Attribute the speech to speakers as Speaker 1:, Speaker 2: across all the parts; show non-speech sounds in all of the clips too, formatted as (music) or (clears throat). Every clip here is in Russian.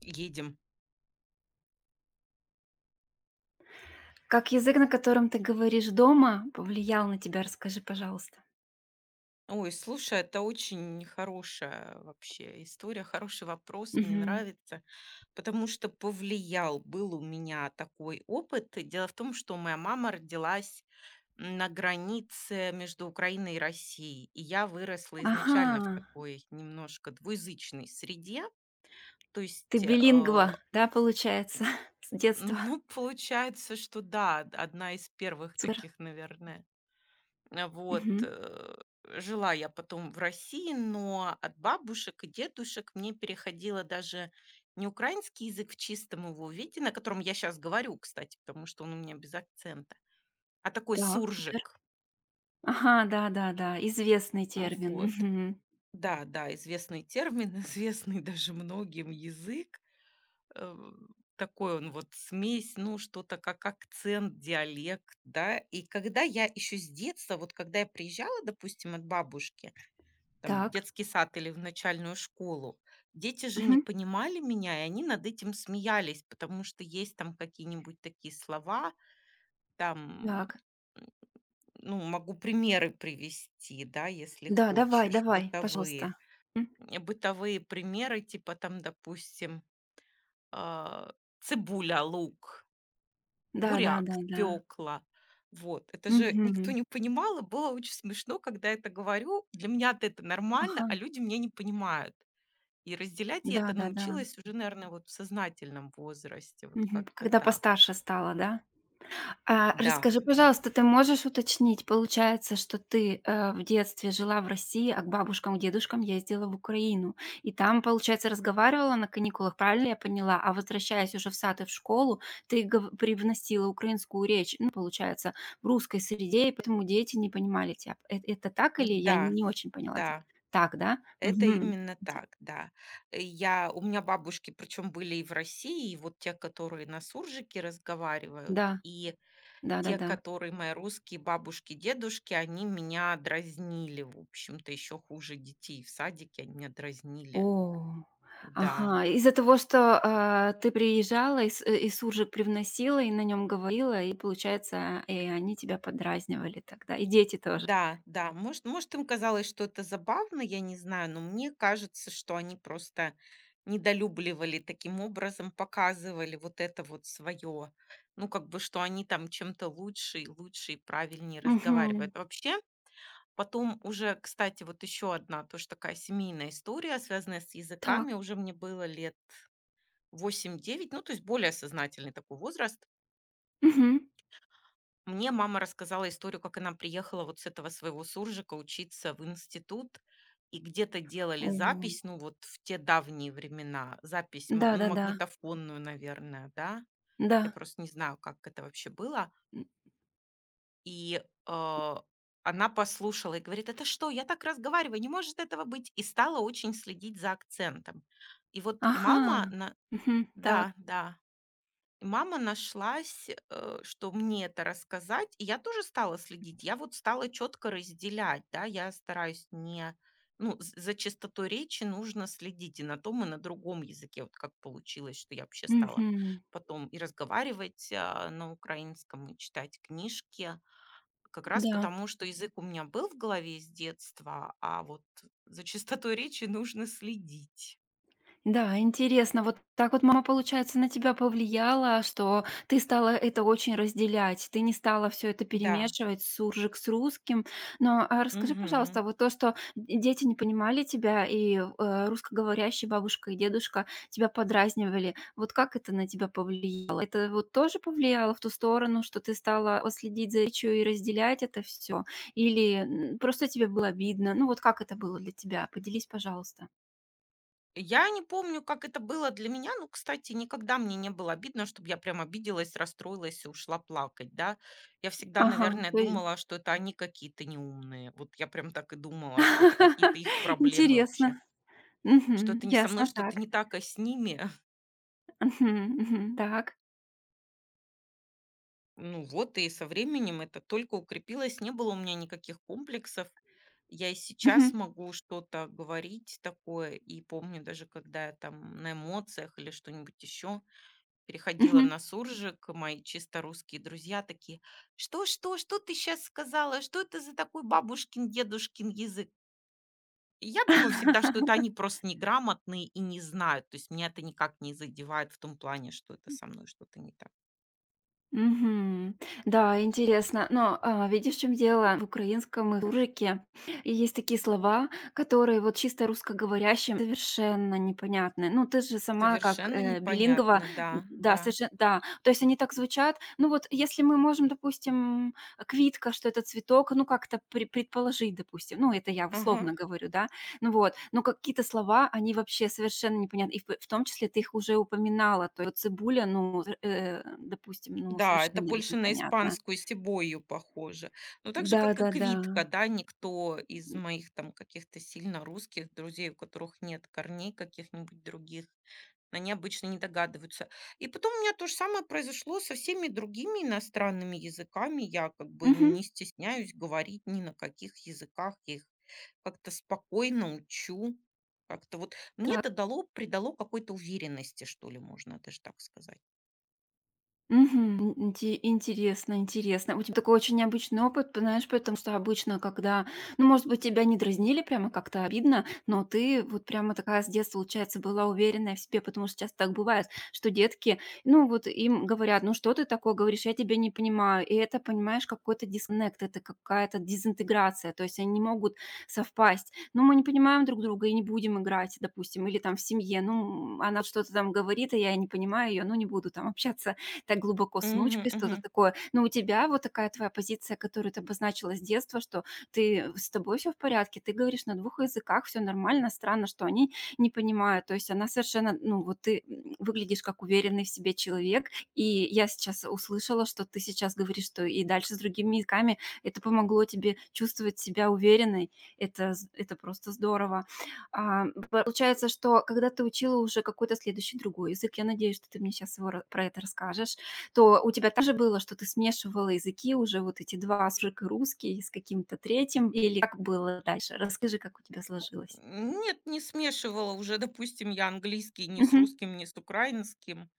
Speaker 1: Едем.
Speaker 2: Как язык, на котором ты говоришь дома, повлиял на тебя? Расскажи, пожалуйста.
Speaker 1: Ой, слушай, это очень хорошая вообще история, хороший вопрос, мне
Speaker 2: Мгм.
Speaker 1: нравится, потому что повлиял, был у меня такой опыт. Дело в том, что моя мама родилась на границе между Украиной и Россией, и я выросла изначально в
Speaker 2: Ага,
Speaker 1: такой немножко двуязычной среде. То
Speaker 2: ты
Speaker 1: есть,
Speaker 2: билингва, да, получается, (laughs) с детства.
Speaker 1: ну, получается, что да, одна из первых
Speaker 2: Супер.
Speaker 1: таких, наверное. Э, вот,
Speaker 2: Мгм.
Speaker 1: э, жила я потом в России, но от бабушек и дедушек мне переходила даже не украинский язык в чистом его виде, на котором я сейчас говорю, кстати, потому что он у меня без акцента, а такой
Speaker 2: Так, супер.
Speaker 1: суржик.
Speaker 2: Ага, да-да-да, известный термин.
Speaker 1: Вот.
Speaker 2: Мгм.
Speaker 1: Да, да, известный термин, (laughs) известный даже многим язык. Э, такой он вот смесь, ну, что-то как акцент, диалект, да. И когда я еще с детства, вот когда я приезжала, допустим, от бабушки там, в
Speaker 2: Так.
Speaker 1: детский сад или в начальную школу. Дети же не
Speaker 2: Мгм.
Speaker 1: понимали меня, и они над этим смеялись, потому что есть там какие-нибудь такие слова, там,
Speaker 2: Так.
Speaker 1: м, ну, могу примеры привести, да, если
Speaker 2: Да, давай,
Speaker 1: хочешь,
Speaker 2: давай, пожалуйста.
Speaker 1: бытовые.
Speaker 2: М.
Speaker 1: Бытовые примеры, типа там, допустим, а, цибуля, лук, буряк,
Speaker 2: Да-да-да-да.
Speaker 1: пекла. Вот, это же никто
Speaker 2: Мгм.
Speaker 1: не понимал, и было очень смешно, когда это говорю. Для меня это нормально,
Speaker 2: Ага.
Speaker 1: а люди меня не понимают. И разделять я это
Speaker 2: Да-да-да.
Speaker 1: научилась уже, наверное, вот в сознательном возрасте, вот
Speaker 2: Мгм.
Speaker 1: как-то
Speaker 2: Когда
Speaker 1: так.
Speaker 2: постарше стала, да? А
Speaker 1: Да,
Speaker 2: расскажи,
Speaker 1: да.
Speaker 2: пожалуйста, ты можешь уточнить, получается, что ты, в детстве жила в России, а к бабушкам, к дедушкам ездила в Украину. И там, получается, разговаривала на каникулах, правильно я поняла? А возвращаясь уже в сад и в школу, ты гов привносила украинскую речь, ну, получается, в русской среде, и поэтому дети не понимали тебя. Это так или я
Speaker 1: Да,
Speaker 2: не очень поняла тебя?
Speaker 1: да,
Speaker 2: Так, да?
Speaker 1: это
Speaker 2: Мгм.
Speaker 1: именно
Speaker 2: Ди
Speaker 1: так, да. Я, у меня бабушки, причем были и в России, и вот те, которые на суржике разговаривают,
Speaker 2: Да,
Speaker 1: и те,
Speaker 2: да-да-да.
Speaker 1: которые мои русские бабушки, дедушки, они меня дразнили, в общем-то, еще хуже детей в садике, они меня дразнили.
Speaker 2: О,
Speaker 1: Да,
Speaker 2: ага. Из-за того, что, ты приезжала, и и суржик привносила, и на нем говорила, и, получается, и они тебя подразнивали тогда, и дети тоже.
Speaker 1: да, да, может, им казалось, что это забавно, я не знаю, но мне кажется, что они просто недолюбливали, таким образом показывали вот это вот свое, ну, как бы, что они там чем-то лучше и правильнее
Speaker 2: Мгм.
Speaker 1: разговаривают. Вообще, потом уже, кстати, вот еще одна тоже такая семейная история, связанная с
Speaker 2: Так.
Speaker 1: языками, уже мне было лет восемь-девять, ну, то есть более сознательный такой возраст.
Speaker 2: Мгм.
Speaker 1: Мне мама рассказала историю, как она приехала вот с этого своего суржика учиться в институт, и где-то делали
Speaker 2: О.
Speaker 1: запись, ну вот в те давние времена, запись ну,
Speaker 2: Да-да-да.
Speaker 1: магнитофонную, наверное, да.
Speaker 2: Да. да,
Speaker 1: Я
Speaker 2: да.
Speaker 1: просто не знаю, как это вообще было.
Speaker 2: М.
Speaker 1: И э, она послушала и говорит, это что, я так разговариваю, не может этого быть. И стала очень следить за акцентом. И вот
Speaker 2: Ага.
Speaker 1: мама, на...
Speaker 2: Мгм. Так.
Speaker 1: да, да, и мама нашлась, что мне это рассказать, и я тоже стала следить. Я вот стала четко разделять, да, я стараюсь не, ну, за чистотой речи нужно следить и на том, и на другом языке. Вот как получилось, что я вообще стала
Speaker 2: Мгм.
Speaker 1: потом и разговаривать на украинском, и читать книжки, как раз
Speaker 2: Да.
Speaker 1: потому, что язык у меня был в голове с детства, а вот за чистотой речи нужно следить.
Speaker 2: Да, интересно, вот так вот мама, получается, на тебя повлияла, что ты стала это очень разделять, ты не стала все это
Speaker 1: Да.
Speaker 2: перемешивать, суржик с русским. Но а расскажи,
Speaker 1: Мгм.
Speaker 2: пожалуйста, вот то, что дети не понимали тебя, и русскоговорящие бабушка и дедушка тебя подразнивали, вот как это на тебя повлияло? Это вот тоже повлияло в ту сторону, что ты стала вот следить за речью и разделять это все? Или просто тебе было обидно? Ну вот как это было для тебя? Поделись, пожалуйста.
Speaker 1: Я не помню, как это было для меня. Ну, кстати, никогда мне не было обидно, чтобы я прям обиделась, расстроилась и ушла плакать, да. Я всегда,
Speaker 2: Ага,
Speaker 1: наверное,
Speaker 2: то есть
Speaker 1: думала, что это они какие-то неумные. Вот я прям так и думала, что это какие-то их
Speaker 2: (laughs)
Speaker 1: проблемы
Speaker 2: интересно.
Speaker 1: вообще. Что
Speaker 2: Мгм.
Speaker 1: это не со
Speaker 2: Ясно,
Speaker 1: мной, что-то
Speaker 2: так.
Speaker 1: не так, а с ними. (laughs)
Speaker 2: Мгм, мгм. Так.
Speaker 1: Ну вот, и со временем это только укрепилось. Не было у меня никаких комплексов. Я и сейчас
Speaker 2: Мгм,
Speaker 1: могу что-то говорить такое. И помню даже, когда я там на эмоциях или что-нибудь еще, переходила
Speaker 2: мгм.
Speaker 1: на суржик, мои чисто русские друзья такие: "Что, ты сейчас сказала? Что это за такой бабушкин, дедушкин язык?" И я думаю всегда, что это они
Speaker 2: (laughs)
Speaker 1: просто неграмотные и не знают. То есть меня это никак не задевает в том плане, что это со мной что-то не так.
Speaker 2: Мгм. Да, интересно. Но, видишь, в чём дело? В украинском языке есть такие слова, которые вот чисто русскоговорящим совершенно непонятны. Ну, ты же сама как,
Speaker 1: Совершенно
Speaker 2: билингва,
Speaker 1: непонятно,
Speaker 2: н
Speaker 1: да,
Speaker 2: да,
Speaker 1: да.
Speaker 2: совершенно, да. То есть они так звучат. Ну, вот если мы можем, допустим, квитка, что это цветок, ну, как-то предположить, допустим, ну, это я
Speaker 1: Ага.
Speaker 2: условно говорю, да. Ну вот, но какие-то слова, они вообще совершенно непонятны. И в том числе ты их уже упоминала. То есть вот цибуля, ну, допустим, ну,
Speaker 1: Да, это
Speaker 2: совершенно ведь
Speaker 1: больше на
Speaker 2: непонятно.
Speaker 1: испанскую сибойю похоже. Но так же, как и
Speaker 2: Да-да-да.
Speaker 1: квитка, да, никто из моих там каких-то сильно русских друзей, у которых нет корней каких-нибудь других. Они обычно не догадываются. И потом у меня то же самое произошло со всеми другими иностранными языками. Я как бы
Speaker 2: Мгм.
Speaker 1: не стесняюсь говорить ни на каких языках. Я их как-то спокойно учу. Как-то вот мне
Speaker 2: Да.
Speaker 1: это дало, придало какой-то уверенности, что ли, можно даже так сказать.
Speaker 2: Мгм. Ин инте Интересно интересно. У тебя такой очень необычный опыт, знаешь, потому что обычно, когда, ну, может быть, тебя не дразнили, прямо как-то обидно, но ты вот прямо такая с детства, получается, была уверенная в себе, потому что часто так бывает, что детки, ну, вот им говорят: "Ну, что ты такое говоришь? Я тебя не понимаю". И это, понимаешь, какой-то дисконнект, это какая-то дезинтеграция, то есть они не могут совпасть. Ну, мы не понимаем друг друга и не будем играть, допустим, или там в семье, ну, она что-то там говорит, а я не понимаю ее ну, не буду там общаться так глубоко с
Speaker 1: Мгм,
Speaker 2: внучкой,
Speaker 1: мгм.
Speaker 2: что-то такое. Но у тебя вот такая твоя позиция, которую ты обозначила с детства, что ты с тобой все в порядке, ты говоришь на двух языках, все нормально, странно, что они не понимают. То есть она совершенно, ну вот ты выглядишь как уверенный в себе человек, и я сейчас услышала, что ты сейчас говоришь, что и дальше с другими языками это помогло тебе чувствовать себя уверенной. Это просто здорово. А, получается, что когда ты учила уже какой-то следующий другой язык, я надеюсь, что ты мне сейчас про это расскажешь, то у тебя также было, что ты смешивала языки уже вот эти 2 суржик и русский, с каким-то третьим. Или как было дальше? Расскажи, как у тебя сложилось.
Speaker 1: Нет, не смешивала уже, (laughs) допустим, я английский ни с
Speaker 2: Мгм.
Speaker 1: русским, ни с украинским,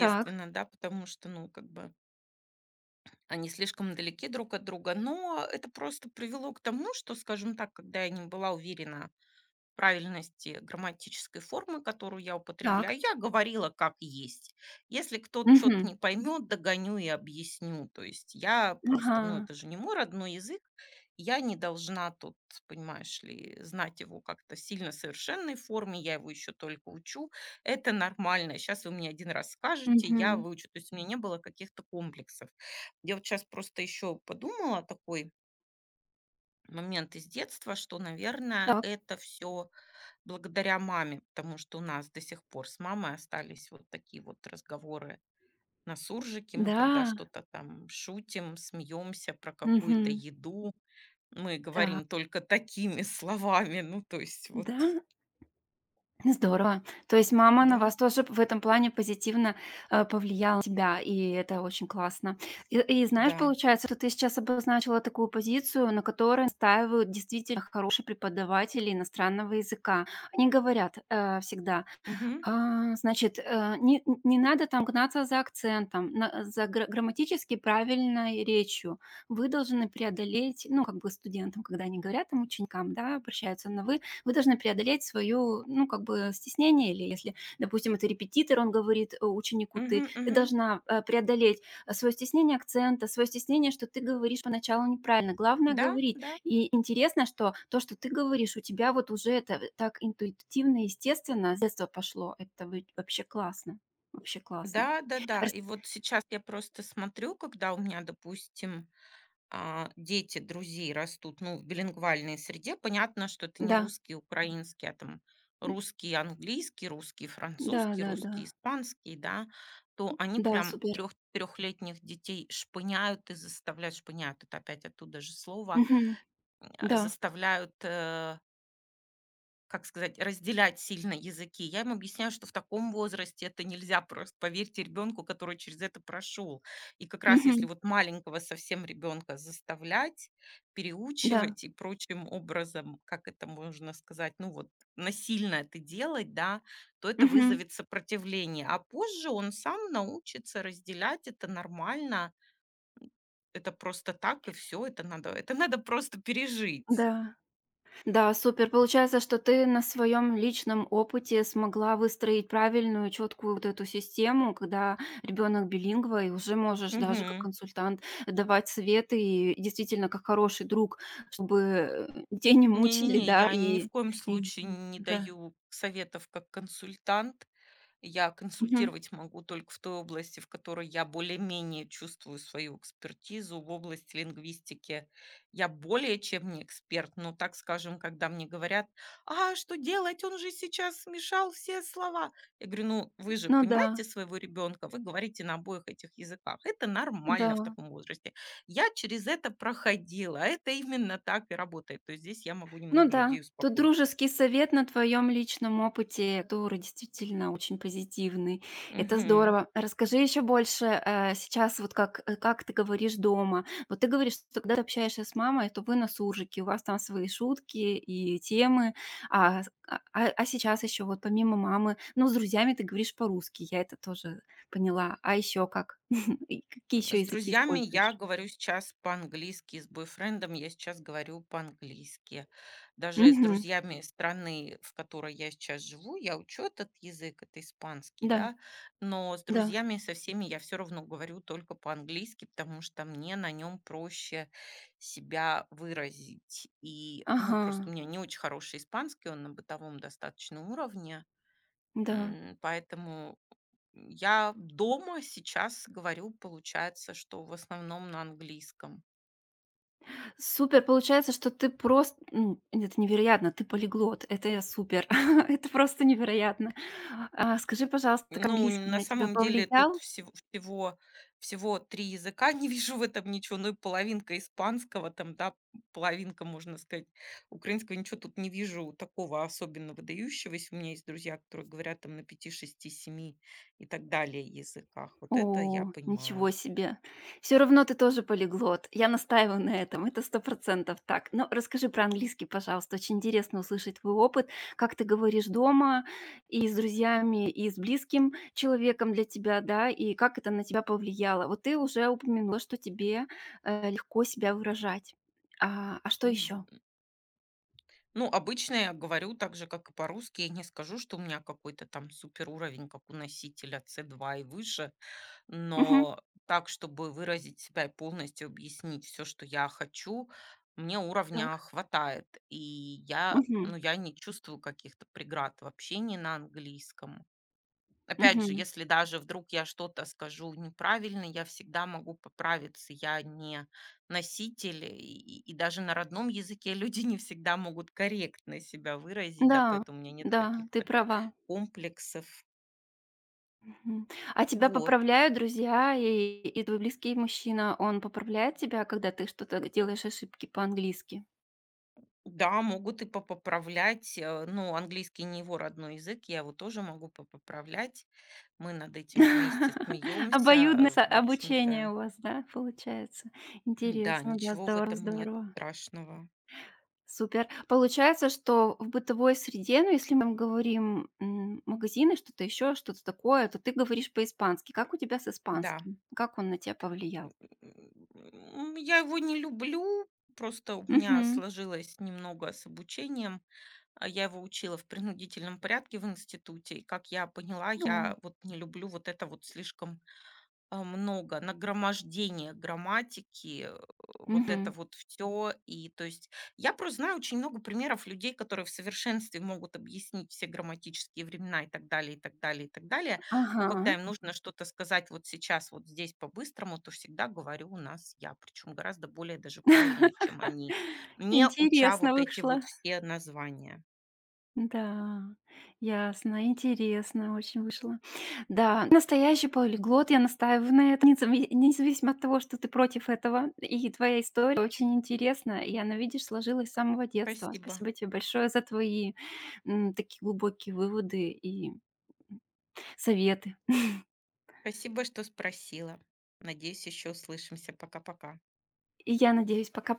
Speaker 2: Так,
Speaker 1: да, потому что, ну, как бы они слишком далеки друг от друга, но это просто привело к тому, что, скажем так, когда я не была уверена правильности грамматической формы, которую я
Speaker 2: так.
Speaker 1: употребляю. Я говорила как есть. Если кто-то что-то
Speaker 2: Мгм.
Speaker 1: не поймет, догоню и объясню. То есть я просто, ну
Speaker 2: Ага.
Speaker 1: это же не мой родной язык, я не должна тут, понимаешь ли, знать его как-то сильно совершенной форме, я его еще только учу. Это нормально. Сейчас вы мне один раз скажете, я
Speaker 2: Мгм.
Speaker 1: выучу. То есть у меня не было каких-то комплексов. Я вот сейчас просто еще подумала такой момент из детства, что, наверное,
Speaker 2: Так.
Speaker 1: это все благодаря маме, потому что у нас до сих пор с мамой остались вот такие вот разговоры на суржике. Мы
Speaker 2: Да.
Speaker 1: когда что-то там шутим, смеемся про какую-то
Speaker 2: Мгм.
Speaker 1: еду, мы
Speaker 2: Так.
Speaker 1: говорим только такими (laughs) словами. Ну, то есть вот,
Speaker 2: Да? Здорово. То есть мама на
Speaker 1: да,
Speaker 2: вас тоже в этом плане позитивно, повлияла на тебя, и это очень классно. И знаешь,
Speaker 1: да.
Speaker 2: получается, что ты сейчас обозначила такую позицию, на которой настаивают действительно хорошие преподаватели иностранного языка. Они говорят, всегда:
Speaker 1: Мгм,
Speaker 2: значит, не надо там гнаться за акцентом, на за грамматически правильной речью. Вы должны преодолеть, ну, как бы студентам, когда они говорят там ученикам, да, обращаются на вы должны преодолеть свою, ну, как бы стеснение, или если, допустим, это репетитор, он говорит, ученику "ты",
Speaker 1: мгм,
Speaker 2: ты
Speaker 1: мгм.
Speaker 2: должна, преодолеть, свое стеснение акцента, свое стеснение, что ты говоришь поначалу неправильно. Главное
Speaker 1: Да,
Speaker 2: говорить.
Speaker 1: да.
Speaker 2: И интересно, что то, что ты говоришь, у тебя вот уже это так интуитивно, естественно, с детства пошло. Это вы вообще классно, вообще классно.
Speaker 1: Да, да, да.
Speaker 2: Рас
Speaker 1: И вот сейчас я просто смотрю, когда у меня, допустим, дети друзей растут, ну, в билингвальной среде, понятно, что это не
Speaker 2: Да,
Speaker 1: русский, украинский, а там
Speaker 2: м,
Speaker 1: русский, английский, русский, французский,
Speaker 2: да-да-да. Да,
Speaker 1: русский,
Speaker 2: да.
Speaker 1: испанский, да, то они
Speaker 2: Да,
Speaker 1: прям
Speaker 2: супер.
Speaker 1: трехлетних детей шпыняют и заставляют, шпыняют, это опять оттуда же слово,
Speaker 2: Мгм. Да.
Speaker 1: заставляют, как сказать, разделять сильно языки. Я им объясняю, что в таком возрасте это нельзя просто. Поверьте ребенку, который через это прошел. И как раз если
Speaker 2: Мгм.
Speaker 1: вот маленького совсем ребенка заставлять,
Speaker 2: Да.
Speaker 1: переучивать и прочим образом, как это можно сказать, ну вот насильно это делать, да, то это
Speaker 2: Мгм.
Speaker 1: вызовет сопротивление. А позже он сам научится разделять это нормально. Это просто так и все. Это надо просто пережить.
Speaker 2: Да. Да, супер. Получается, что ты на своем личном опыте смогла выстроить правильную, четкую вот эту систему, когда ребенок билингва, и уже можешь даже как
Speaker 1: Мгм.
Speaker 2: консультант давать советы, и действительно как хороший друг, чтобы детей не мучили,
Speaker 1: Не-не-не,
Speaker 2: да,
Speaker 1: я ни в
Speaker 2: и,
Speaker 1: коем
Speaker 2: и,
Speaker 1: случае не
Speaker 2: да.
Speaker 1: даю советов как консультант. Я
Speaker 2: Мгм.
Speaker 1: консультировать могу только в той области, в которой я более-менее чувствую свою экспертизу. В области лингвистики я более чем не эксперт, но, так скажем, когда мне говорят: "А что делать? Он же сейчас смешал все слова". Я говорю: "Ну, вы же
Speaker 2: Ну да,
Speaker 1: понимаете своего ребенка, вы говорите на обоих этих языках. Это нормально в
Speaker 2: да.
Speaker 1: таком возрасте. Я через это проходила, а это именно так и работает". То есть здесь я могу
Speaker 2: Ну
Speaker 1: немного
Speaker 2: да,
Speaker 1: людей
Speaker 2: тут
Speaker 1: успокоить.
Speaker 2: дружеский совет на твоем личном опыте, который действительно очень позитивный. Это
Speaker 1: Мгм.
Speaker 2: здорово. Расскажи еще больше сейчас, вот как, как ты говоришь дома. Вот ты говоришь, что когда ты общаешься с мамой, то вы на суржике, у вас там свои шутки и темы. А, сейчас еще вот помимо мамы, ну с друзьями ты говоришь по-русски, я это тоже поняла. А еще как? (laughs) И какие еще
Speaker 1: С
Speaker 2: языки
Speaker 1: друзьями я
Speaker 2: используешь?
Speaker 1: говорю сейчас по-английски, с бойфрендом я сейчас говорю по-английски. Даже с
Speaker 2: Мгм.
Speaker 1: друзьями страны, в которой я сейчас живу, я учу этот язык, это испанский,
Speaker 2: Да,
Speaker 1: да, но с
Speaker 2: да.
Speaker 1: друзьями, со всеми я все равно говорю только по-английски, потому что мне на нем проще себя выразить. И, ну,
Speaker 2: Ага,
Speaker 1: просто у меня не очень хороший испанский, он на бытовом достаточном уровне.
Speaker 2: да.
Speaker 1: Поэтому я дома сейчас говорю, получается, что в основном на английском.
Speaker 2: Супер, получается, что ты просто, это невероятно, ты полиглот, это я супер, (laughs) это просто невероятно. А, скажи, пожалуйста, как
Speaker 1: Ну,
Speaker 2: английский
Speaker 1: на
Speaker 2: на тебя
Speaker 1: самом деле тут
Speaker 2: повлиял?
Speaker 1: всего 3 языка, (laughs) не вижу в этом ничего, ну и половинка испанского там, да, половинка, можно сказать, украинского, ничего тут не вижу такого особенно выдающегося. У меня есть друзья, которые говорят там на пяти, шести, семи и так далее языках. Вот это я
Speaker 2: О, ничего
Speaker 1: понимаю.
Speaker 2: себе! Все равно ты тоже полиглот. Я настаиваю на этом, это 100% так. Но расскажи про английский, пожалуйста. Очень интересно услышать твой опыт, как ты говоришь дома и с друзьями, и с близким человеком для тебя, да, и как это на тебя повлияло. Вот ты уже упомянула, что тебе, легко себя выражать. А что еще?
Speaker 1: Ну, обычно я говорю так же, как и по-русски. Я не скажу, что у меня какой-то там супер уровень, как у носителя C2 и выше, но так, чтобы выразить себя и полностью объяснить все, что я хочу, мне уровня
Speaker 2: Так.
Speaker 1: хватает. И я,
Speaker 2: Мгм.
Speaker 1: ну, я не чувствую каких-то преград в общении на английском. Опять же,
Speaker 2: Мгм.
Speaker 1: если даже вдруг я что-то скажу неправильно, я всегда могу поправиться. Я не носитель, и даже на родном языке (laughs) люди не всегда могут корректно себя выразить, да,
Speaker 2: Да,
Speaker 1: поэтому у меня нет
Speaker 2: да, ты
Speaker 1: каких-то
Speaker 2: права.
Speaker 1: комплексов.
Speaker 2: Мгм. А тебя
Speaker 1: Вот.
Speaker 2: поправляют друзья и твой близкий мужчина, он поправляет тебя, когда ты что-то делаешь ошибки по-английски?
Speaker 1: Да, могут и попоправлять. Ну, английский не его родной язык, я его тоже могу попоправлять. Мы над этим вместе
Speaker 2: (laughs)
Speaker 1: смеемся.
Speaker 2: Обоюдное со
Speaker 1: В общем-то,
Speaker 2: обучение у вас, да, получается?
Speaker 1: (clears throat) да,
Speaker 2: Интересно, да,
Speaker 1: ничего в
Speaker 2: здорово,
Speaker 1: этом нет
Speaker 2: здорово.
Speaker 1: страшного.
Speaker 2: Супер. Получается, что в бытовой среде, ну, если мы говорим, магазины, что-то еще, что-то такое, то ты говоришь по-испански. Как у тебя с
Speaker 1: Да.
Speaker 2: испанским? Как он на тебя повлиял?
Speaker 1: Я его не люблю. Просто у меня
Speaker 2: Мгм.
Speaker 1: сложилось немного с обучением. Я его учила в принудительном порядке в институте. И, как я поняла,
Speaker 2: О,
Speaker 1: я вот не люблю вот это вот слишком много, нагромождение грамматики, вот это
Speaker 2: мгм.
Speaker 1: вот все. И то есть я просто знаю очень много примеров людей, которые в совершенстве могут объяснить все грамматические времена и так далее, и так далее, и так далее. Но когда
Speaker 2: Ага.
Speaker 1: им нужно что-то сказать вот сейчас, вот здесь по-быстрому, то всегда говорю у нас я, причем гораздо более даже правильно, чем
Speaker 2: (laughs)
Speaker 1: они, не уча
Speaker 2: Интересно
Speaker 1: вот эти
Speaker 2: вышло.
Speaker 1: вот все названия.
Speaker 2: Да, ясно, интересно очень вышло. Да, настоящий полиглот, я настаиваю на этом, независимо от того, что ты против этого. И твоя история очень интересна, и она, видишь, сложилась с самого детства.
Speaker 1: Спасибо.
Speaker 2: Спасибо тебе большое за твои, такие глубокие выводы и советы.
Speaker 1: Спасибо, что спросила. Надеюсь, еще услышимся. Пока-пока.
Speaker 2: И я надеюсь, пока